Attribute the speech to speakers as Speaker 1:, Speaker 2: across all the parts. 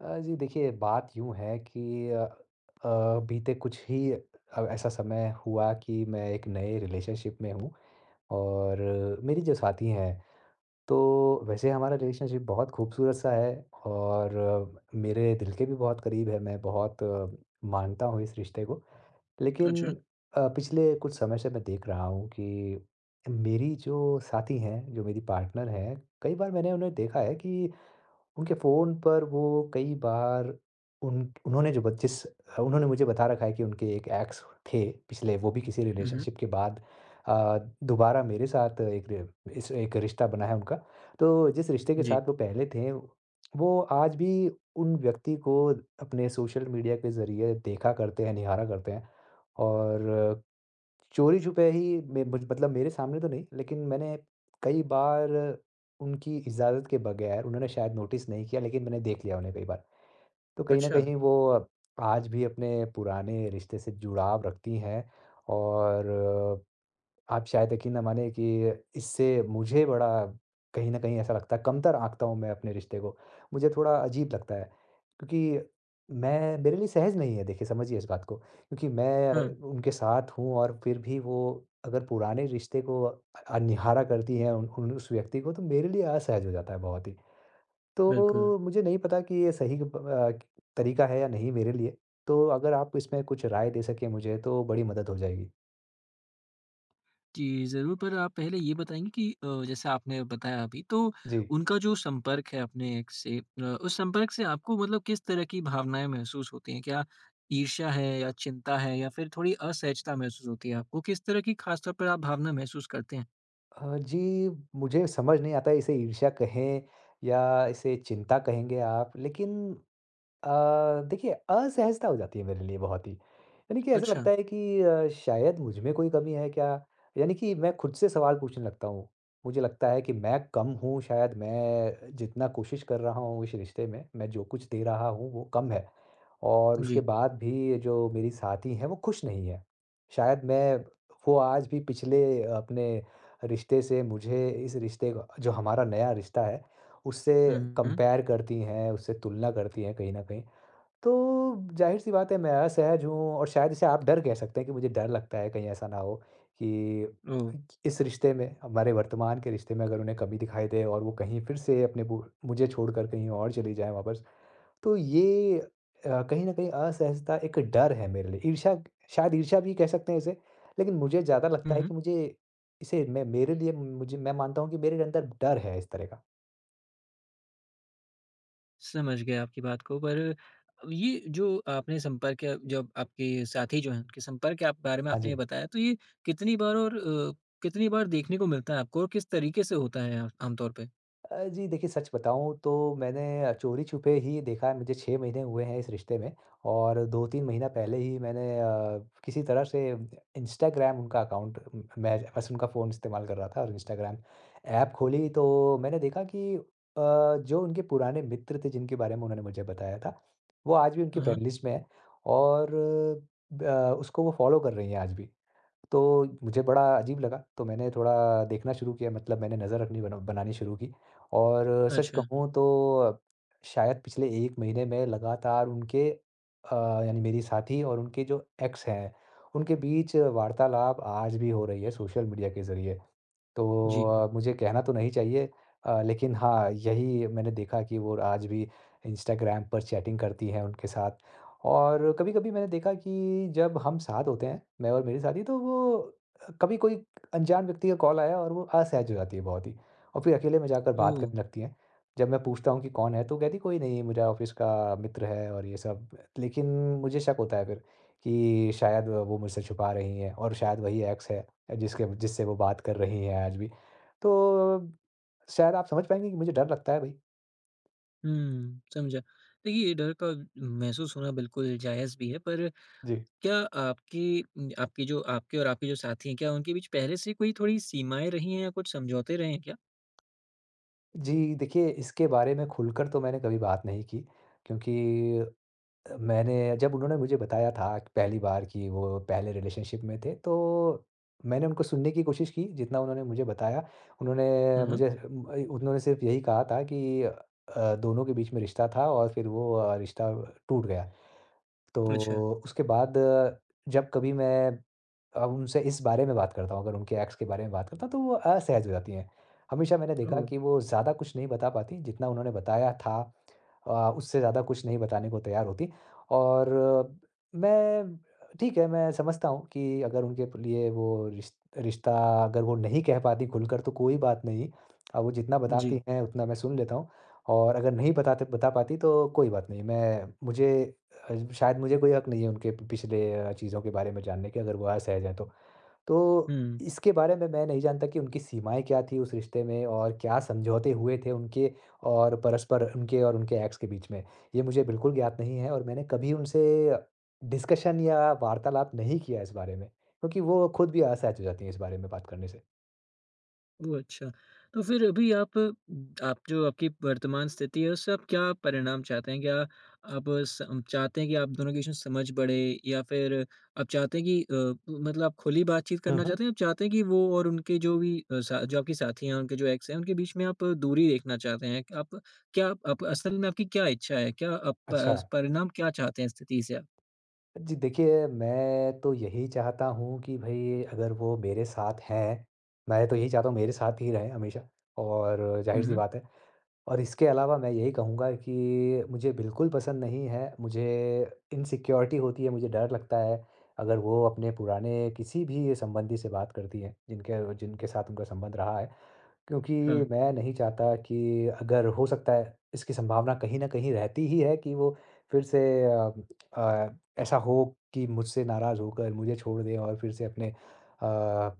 Speaker 1: जी देखिए, बात यूँ है कि बीते कुछ ही ऐसा समय हुआ कि मैं एक नए रिलेशनशिप में हूँ। और मेरी जो साथी हैं, तो वैसे हमारा रिलेशनशिप बहुत खूबसूरत-सा है और मेरे दिल के भी बहुत करीब है, मैं बहुत मानता हूँ इस रिश्ते को। लेकिन
Speaker 2: अच्छा।
Speaker 1: पिछले कुछ समय से मैं देख रहा हूँ कि मेरी जो साथी हैं, जो मेरी पार्टनर हैं, कई बार मैंने उन्हें देखा है कि उनके फ़ोन पर वो कई बार उन उन्होंने जो ब जिस उन्होंने मुझे बता रखा है कि उनके एक एक्स थे पिछले, वो भी किसी
Speaker 2: हुँ, हुँ।
Speaker 1: रिलेशनशिप के बाद अ, दोबारा मेरे साथ एक रि इस एक रिश्ता बना है उनका। तो जिस रिश्ते के
Speaker 2: जी।
Speaker 1: साथ वो पहले थे, वो आज भी उन व्यक्ति को अपने सोशल मीडिया के ज़रिए देखा करते हैं, निहारा करते हैं, और चोरी-छुपे ही में मुझ मतलब मेरे सामने तो नहीं, लेकिन मैंने कई बार, उनकी इजाज़त के बगैर, उन्होंने शायद नोटिस नहीं किया लेकिन मैंने देख लिया उन्हें कई बार। तो कहीं न
Speaker 2: अच्छा,
Speaker 1: कहीं वो आज भी अपने पुराने रिश्ते से जुड़ाव रखती हैं। और आप शायद यकीन ना माने कि इससे मुझे बड़ा, कहीं न कहीं ऐसा लगता है, कमतर आँकता हूँ मैं अपने रिश्ते को। मुझे थोड़ा अजीब लगता है, क्योंकि मैं मेरे लिए सहज नहीं है, देखिए समझिए इस बात को। क्योंकि मैं
Speaker 2: हाँ,
Speaker 1: उनके साथ हूँ और फिर भी वो अगर पुराने रिश्ते को अननिहारा करती हैं, उन उन उस व्यक्ति को, तो मेरे लिए असहज हो जाता है बहुत ही।
Speaker 2: बिल्कुल।
Speaker 1: तो मुझे नहीं पता कि ये सही अ, तरीका है या नहीं मेरे लिए। तो अगर आप इसमें कुछ राय दे सकें मुझे, तो बड़ी मदद हो जाएगी।
Speaker 2: जी, ज़रूर, पर आप पहले ये बताएँगे कि जैसे आपने बताया अभी तो
Speaker 1: जी।
Speaker 2: उनका जो संपर्क है अपने एक्स से, उस संपर्क से आपको मतलब किस तरह की भावनाएँ महसूस होती हैं? क्या ईर्ष्या है या चिंता है या फिर थोड़ी असहजता महसूस होती है आपको? किस तरह की ख़ास तौर पर आप भावना महसूस करते हैं?
Speaker 1: जी, मुझे समझ नहीं आता इसे ईर्ष्या कहें, या इसे चिंता कहेंगे आप, लेकिन अ, देखिए, असहजता हो जाती है मेरे लिए बहुत ही। यानी कि ऐसा
Speaker 2: अच्छा,
Speaker 1: लगता है कि शायद मुझ में कोई कमी है क्या? यानी कि मैं खुद से सवाल पूछने लगता हूँ। मुझे लगता है कि मैं कम हूँ, शायद मैं जितना कोशिश कर रहा हूँ इस रिश्ते में, मैं जो कुछ दे रहा हूँ वो कम है। और उसके
Speaker 2: जी।
Speaker 1: बाद भी जो मेरी साथी हैं, वो खुश नहीं है। शायद मैं, वो आज भी पिछले अपने रिश्ते से मुझे, इस रिश्ते का, जो हमारा नया रिश्ता है, उससे
Speaker 2: हुँ, हुँ।
Speaker 1: कंपेयर करती हैं, उससे तुलना करती हैं कहीं न कहीं। तो ज़ाहिर-सी बात है मैं असहज हूँ, और शायद इसे आप डर कह सकते हैं कि मुझे डर लगता है कहीं ऐसा ना हो, कि
Speaker 2: ओह!
Speaker 1: इस रिश्ते में, हमारे वर्तमान के रिश्ते में, अगर उन्हें कमी दिखाई दे और वो कहीं फिर से अपने बु मुझे छोड़कर कहीं और चली जाएँ वापस। तो ये कहीं न कहीं असहजता एक डर है मेरे लिए। ईर्ष्या, शायद ईर्ष्या भी कह सकते हैं इसे, लेकिन मुझे ज़्यादा लगता
Speaker 2: हुँ,
Speaker 1: है
Speaker 2: हुँ।
Speaker 1: कि मुझे इसे मैं मेरे लिए मुझे मैं मानता हूँ कि मेरे अंदर डर है इस तरह का।
Speaker 2: समझ गया आपकी बात को, पर ये जो आपने संपर्क या जब आपके साथी जो हैं उनके संपर्क के आप बारे में
Speaker 1: हाँ
Speaker 2: आपने ये
Speaker 1: जी।
Speaker 2: बताया, तो ये कितनी बार और कितनी बार देखने को मिलता है आपको और किस तरीके से होता है आमतौर पे?
Speaker 1: जी देखिए, सच बताऊँ तो मैंने चोरी-छुपे ही देखा है। मुझे 6 महीने हुए हैं इस रिश्ते में, और 2-3 महीना पहले ही मैंने किसी तरह से इंस्टाग्राम उनका अकाउंट उम, मैं बस उनका फ़ोन इस्तेमाल कर रहा था और इंस्टाग्राम ऐप खोली, तो मैंने देखा कि जो उनके पुराने मित्र थे जिनके बारे में उन्होंने मुझे बताया था, वो आज भी उनकी
Speaker 2: हाँ, हाँ।
Speaker 1: फ्रेंड लिस्ट में हैं। और ब उसको वो फ़ॉलो कर रही हैं आज भी। तो मुझे बड़ा अजीब लगा, तो मैंने थोड़ा देखना शुरू किया, मतलब मैंने नज़र रखनी बनानी शुरू की। और सच
Speaker 2: अच्छा,
Speaker 1: कहूँ तो शायद पिछले 1 महीने में लगातार उनके, यानी मेरी साथी और उनके जो एक्स हैं, उनके बीच वार्तालाप आज भी हो रही है सोशल मीडिया के ज़रिए। तो
Speaker 2: जी।
Speaker 1: मुझे कहना तो नहीं चाहिए, लेकिन हाँ, यही मैंने देखा कि वो आज भी इंस्टाग्राम पर चैटिंग करती हैं उनके साथ। और कभी-कभी मैंने देखा कि जब हम साथ होते हैं, मैं और मेरी साथी, तो वो, कभी कोई अनजान व्यक्ति का कॉल आया और वो असहज हो जाती है बहुत ही, और फिर अकेले में जाकर बात
Speaker 2: ओह!
Speaker 1: करने लगती हैं। जब मैं पूछता हूँ कि कौन है, तो कहती कोई नहीं, मेरा ऑफ़िस का मित्र है और ये सब। लेकिन मुझे शक होता है फिर, कि शायद वो मुझसे छुपा रही हैं और शायद वही एक्स है जिसके जिससे वो बात कर रही हैं आज भी। तो शायद आप समझ पाएँगे कि मुझे डर लगता है, भई।
Speaker 2: हुँ, समझा। देखिए, ये डर का महसूस होना बिल्कुल जायज़ भी है, पर
Speaker 1: जी।
Speaker 2: क्या आपकी आपकी जो आपके और आपके जो साथी हैं, क्या उनके बीच पहले से कोई थोड़ी सीमाएँ रही हैं या कुछ समझौते रहे हैं क्या?
Speaker 1: जी, देखिए, इसके बारे में खुलकर तो मैंने कभी बात नहीं की, क्योंकि अ, मैंने जब उन्होंने मुझे बताया था पहली बार कि वो पहले रिलेशनशिप में थे, तो मैंने उनको सुनने की कोशिश की, जितना उन्होंने मुझे बताया। उन्होंने
Speaker 2: हाँ, हाँ।
Speaker 1: मुझे उम, अ, उन्होंने सिर्फ़ यही कहा था कि दोनों के बीच में रिश्ता था और फिर वो रिश्ता टूट गया।
Speaker 2: अच्छा,
Speaker 1: तो उसके बाद जब कभी मैं उनसे इस बारे में बात करता हूँ, अगर उनके एक्स के बारे में बात करता हूँ, तो वो असहज हो जाती हैं। हमेशा मैंने देखा
Speaker 2: ओह!
Speaker 1: कि वो ज़्यादा कुछ नहीं बता पातीं, जितना उन्होंने बताया था, उससे ज़्यादा कुछ नहीं बताने को तैयार होतीं। और मैं ठीक है, मैं समझता हूँ कि अगर उनके प लिए वो रिश रिश्ता अगर वो नहीं कह पातीं खुलकर, तो कोई बात नहीं। वो जितना
Speaker 2: जी।
Speaker 1: बताती हैं, उतना मैं सुन लेता हूँ, और अगर नहीं बता पातीं तो कोई बात नहीं, शायद मुझे कोई हक़ नहीं है उनके प पिछले चीज़ों के बारे में जानने के, अगर वो असहज हैं तो। तो
Speaker 2: हुँ।
Speaker 1: इसके बारे में मैं नहीं जानता कि उनकी सीमाएँ क्या थी उस रिश्ते में, और क्या समझौते हुए थे उनके, और परस्पर उनके और उनके एक्स के बीच में। ये मुझे बिल्कुल ज्ञात नहीं है, और मैंने कभी उनसे डिस्कशन या वार्तालाप नहीं किया इस बारे में, क्योंकि वो खुद भी असहज हो जाती हैं इस बारे में बात करने से।
Speaker 2: ओह! अच्छा। तो फिर अभी आप, जो आपकी वर्तमान स्थिति है उससे आप क्या परिणाम चाहते हैं? क्या आप सम चाहते हैं कि आप दोनों के बीच में समझ बढ़े या फिर आप चाहते हैं कि मतलब आप खुली बातचीत
Speaker 1: हुँ,
Speaker 2: करना
Speaker 1: हुँ।
Speaker 2: चाहते हैं? आप चाहते हैं कि वो और उनके जो भी अ, सा जो आपकी साथी हैं, उनके जो एक्स हैं, उनके बीच में आप दूरी देखना चाहते हैं? आप क्या आप असल में आपकी क्या इच्छा है? क्या आप
Speaker 1: अच्छा।
Speaker 2: प परिणाम क्या चाहते हैं स्थिति से आप?
Speaker 1: जी देखिए, मैं तो यही चाहता हूँ कि भई, अगर वो मेरे साथ हैं, मैं तो यही चाहता हूँ मेरे साथ ही रहें हमेशा, और
Speaker 2: हुँ,
Speaker 1: ज़ाहिर-सी
Speaker 2: हुँ।
Speaker 1: बात है। और इसके अलावा मैं यही कहूँगा कि मुझे बिल्कुल पसंद नहीं है, मुझे इनसिक्योरिटी होती है, मुझे डर लगता है अगर वो अपने पुराने किसी भी संबंधी से बात करती हैं, जिनके जिनके साथ उनका संबंध रहा है। क्योंकि
Speaker 2: हाँ।
Speaker 1: मैं नहीं चाहता कि, अगर हो सकता है, इसकी संभावना कहीं न कहीं रहती ही है कि वो फिर से अ अ, ऐसा हो कि मुझसे नाराज़ होकर मुझे छोड़ दें और फिर से अपने अ,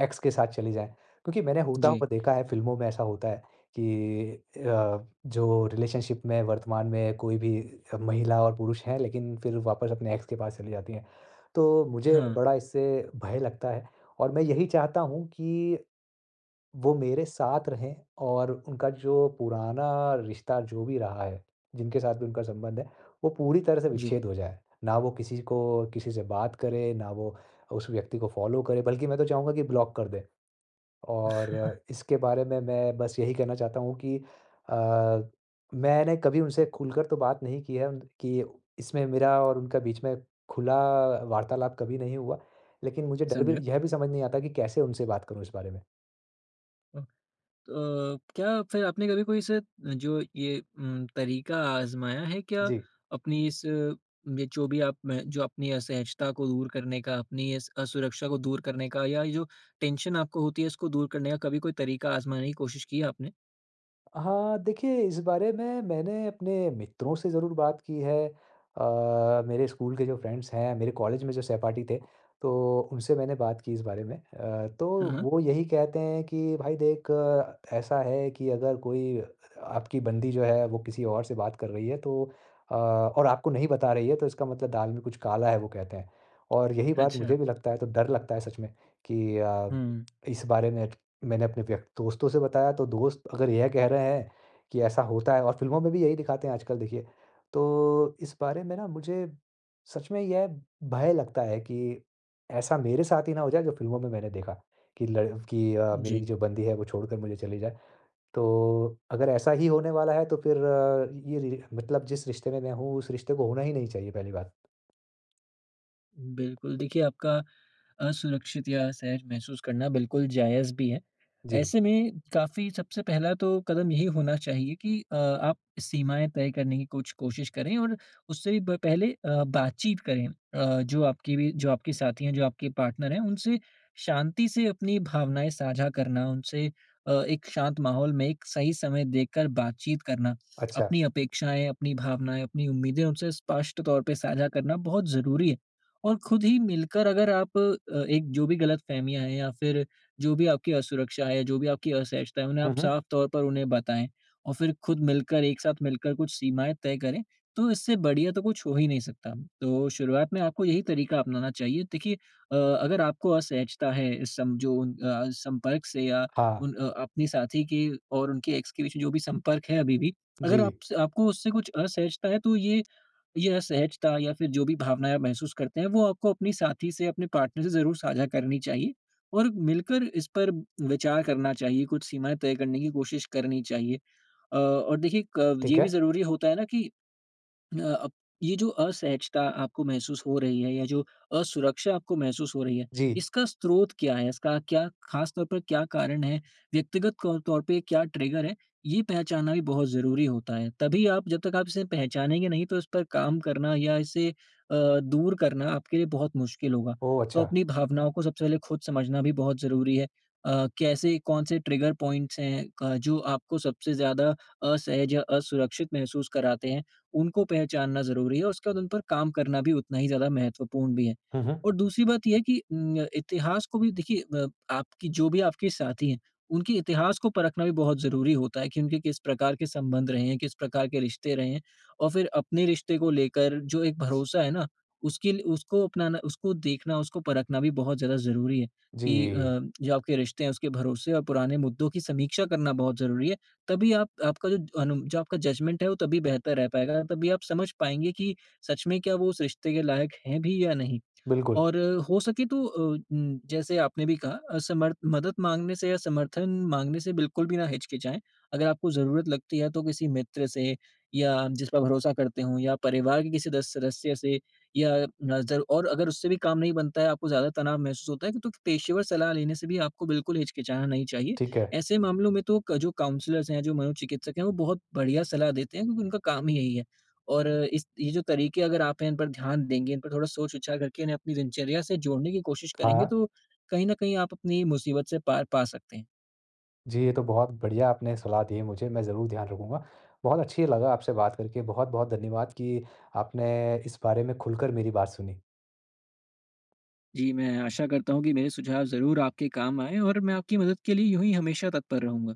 Speaker 1: एक्स के साथ चली जाएँ। क्योंकि मैंने होता
Speaker 2: जी।
Speaker 1: हुआ देखा है, फ़िल्मों में ऐसा होता है कि अ, जो रिलेशनशिप में वर्तमान में कोई भी महिला और पुरुष हैं, लेकिन फिर वापस अपने एक्स के पास चली जाती हैं। तो मुझे
Speaker 2: हाँ।
Speaker 1: बड़ा इससे भय लगता है, और मैं यही चाहता हूँ कि वो मेरे साथ रहें, और उनका जो पुराना रिश्ता जो भी रहा है, जिनके साथ भी उनका संबंध है, वो पूरी तरह से
Speaker 2: जी।
Speaker 1: विच्छेद हो जाए। ना वो किसी से बात करे, ना वो उस व्यक्ति को फ़ॉलो करे, बल्कि मैं तो चाहूँगा कि ब्लॉक कर दें। और इसके बारे में मैं बस यही कहना चाहता हूँ कि अ, मैंने कभी उनसे खुलकर तो बात नहीं की है उन कि इसमें मेरा और उनका बीच में खुला वार्तालाप कभी नहीं हुआ, लेकिन मुझे डर भी
Speaker 2: समझा।
Speaker 1: यह भी समझ नहीं आता कि कैसे उनसे बात करूँ इस बारे में।
Speaker 2: तो क्या फिर आपने कभी कोई से जो ये तरीका आज़माया है क्या?
Speaker 1: जी।
Speaker 2: अपनी इस ये जो भी आप में जो अपनी असहजता को दूर करने का, अपनी इस असुरक्षा को दूर करने का या ये जो टेंशन आपको होती है, इसको दूर करने का कभी कोई तरीका आज़माने की कोशिश की है आपने?
Speaker 1: हाँ, देखिए, इस बारे में मैंने अपने मित्रों से ज़रूर बात की है। मेरे स्कूल के जो फ्रेंड्स हैं, मेरे कॉलेज में जो सहपाठी थे, तो उनसे मैंने बात की इस बारे में। तो
Speaker 2: हाँ, हाँ।
Speaker 1: वो यही कहते हैं कि भाई देख, ऐसा है कि अगर कोई, आपकी बंदी जो है वो किसी और से बात कर रही है, तो और आपको नहीं बता रही है, तो इसका मतलब दाल में कुछ काला है, वो कहते हैं। और यही बात
Speaker 2: अच्छा।
Speaker 1: मुझे भी लगता है, तो डर लगता है सच में कि
Speaker 2: हुँ,
Speaker 1: इस बारे में मैंने अपने व्यक दोस्तों से बताया, तो दोस्त अगर यह कह रहे हैं कि ऐसा होता है, और फ़िल्मों में भी यही दिखाते हैं आजकल, देखिए। तो इस बारे में ना, मुझे सच में यह भय लगता है कि ऐसा मेरे साथ ही ना हो जाए, जो फ़िल्मों में मैंने देखा, कि मेरी
Speaker 2: जी।
Speaker 1: जो बंदी है वो छोड़कर मुझे चली जाए। तो अगर ऐसा ही होने वाला है, तो फिर अ, ये रि मतलब जिस रिश्ते में मैं हूँ उस रिश्ते को होना ही नहीं चाहिए, पहली बात।
Speaker 2: बिल्कुल। देखिए, आपका असुरक्षित या असहज महसूस करना बिल्कुल जायज़ भी है।
Speaker 1: जी,
Speaker 2: ऐसे में काफ़ी सबसे पहला तो कदम यही होना चाहिए कि आप सीमाएँ तय करने की कुछ कोशिश करें और उससे भी ब पहले बातचीत करें। जो आपकी भी जो आपके साथी हैं, जो आपके पार्टनर हैं, उनसे शांति से अपनी भावनाएँ साझा करना, उनसे एक शांत माहौल में एक सही समय देखकर बातचीत करना,
Speaker 1: अच्छा।
Speaker 2: अपनी अपेक्षाएँ, अपनी भावनाएँ, अपनी उम्मीदें उनसे स्पष्ट तौर पे साझा करना बहुत ज़रूरी है। और खुद ही मिलकर अगर आप एक जो भी गलतफ़हमियाँ हैं या फिर जो भी आपकी असुरक्षा है, जो भी आपकी असहजता है, उन्हें
Speaker 1: हुँ,
Speaker 2: आप
Speaker 1: हुँ।
Speaker 2: साफ तौर पर उन्हें बताएँ और फिर खुद मिलकर, एक साथ मिलकर कुछ सीमाएँ तय करें, तो इससे बढ़िया तो कुछ हो ही नहीं सकता। तो शुरुआत में आपको यही तरीका अपनाना चाहिए। देखिए, अगर आपको असहजता है इस सम जो उन संपर्क से या
Speaker 1: हाँ,
Speaker 2: उन अपने साथी के और उनके एक्स के बीच जो भी संपर्क है अभी भी, अगर
Speaker 1: जी,
Speaker 2: आपस आपको उससे कुछ असहजता है, तो ये असहजता या फिर जो भी भावनाएँ आप महसूस करते हैं, वो आपको अपनी साथी से, अपने पार्टनर से ज़रूर साझा करनी चाहिए और मिलकर इस पर विचार करना चाहिए, कुछ सीमाएँ तय करने की कोशिश करनी चाहिए। और देखिए क
Speaker 1: ठीक
Speaker 2: ये भी
Speaker 1: है।
Speaker 2: ज़रूरी होता है ना कि अब ये जो असहजता आपको महसूस हो रही है या जो असुरक्षा आपको महसूस हो रही है,
Speaker 1: जी,
Speaker 2: इसका स्रोत क्या है? इसका क्या खास तौर पर क्या कारण है? व्यक्तिगत कौ तौर पे क्या ट्रिगर है? ये पहचानना भी बहुत ज़रूरी होता है। तभी आप जब तक आप इसे पहचानेंगे नहीं, तो इस पर काम करना या इसे दूर करना आपके लिए बहुत मुश्किल होगा।
Speaker 1: ओह
Speaker 2: तो
Speaker 1: अच्छा!
Speaker 2: अपनी भावनाओं को सबसे पहले खुद समझना भी बहुत ज़रूरी है। कैसे कौन से ट्रिगर पॉइंट्स हैं क जो आपको सबसे ज़्यादा असहज या असुरक्षित महसूस कराते हैं? उनको पहचानना ज़रूरी है और उसके बाद उन पर काम करना भी उतना ही ज़्यादा महत्वपूर्ण भी है।
Speaker 1: हुँ, हुँ।
Speaker 2: और दूसरी बात ये है कि इतिहास को भी देखिए। आपकी जो भी आपके साथी हैं, उनके इतिहास को परखना भी बहुत ज़रूरी होता है कि उनके किस प्रकार के संबंध रहे हैं, किस प्रकार के रिश्ते रहे हैं, और फिर अपने रिश्ते को लेकर जो एक भरोसा है ना, उसके लिए उसको अपनाना, उसको देखना, उसको परखना भी बहुत ज़्यादा ज़रूरी है
Speaker 1: जी।
Speaker 2: कि जो आपके रिश्ते हैं उसके भरोसे और पुराने मुद्दों की समीक्षा करना बहुत ज़रूरी है। तभी आप आपका जो अनु जो आपका जजमेंट है वो तभी बेहतर रह पाएगा, तभी आप समझ पाएँगे कि सच में क्या वो उस रिश्ते के लायक हैं भी या नहीं।
Speaker 1: बिल्कुल,
Speaker 2: और हो सके तो जैसे आपने भी कहा, अ, समर्थ मदद माँगने से या समर्थन माँगने से बिल्कुल भी ना हिचकिचाएँ। अगर आपको ज़रूरत लगती है तो किसी मित्र से या जिस पर भरोसा करते हों या परिवार के किसी दस सदस्य से या नज़र और अगर उससे भी काम नहीं बनता है, आपको ज़्यादा तनाव महसूस होता है, तो पेशेवर सलाह लेने से भी आपको बिल्कुल हिचकिचाना नहीं चाहिए।
Speaker 1: ठीक है।
Speaker 2: ऐसे मामलों में तो क जो काउंसलर्स हैं, जो मनोचिकित्सक हैं, वो बहुत बढ़िया सलाह देते हैं क्योंकि उनका काम ही यही है। और इस ये जो तरीके, अगर आप इन पर ध्यान देंगे, इन पर थोड़ा सोच-विचार करके इन्हें अपनी दिनचर्या से जोड़ने की कोशिश करेंगे,
Speaker 1: हाँ,
Speaker 2: तो कहीं न कहीं आप अपनी मुसीबत से पार पा सकते हैं।
Speaker 1: जी, ये तो बहुत बढ़िया आपने सलाह दी है मुझे, मैं ज़रूर ध्यान रखूँगा। बहुत अच्छी लगा आपसे बात करके, बहुत-बहुत धन्यवाद कि आपने इस बारे में खुलकर मेरी बात सुनी।
Speaker 2: जी, मैं आशा करता हूँ कि मेरे सुझाव ज़रूर आपके काम आएँ और मैं आपकी मदद के लिए यूँ ही हमेशा तत्पर रहूँगा।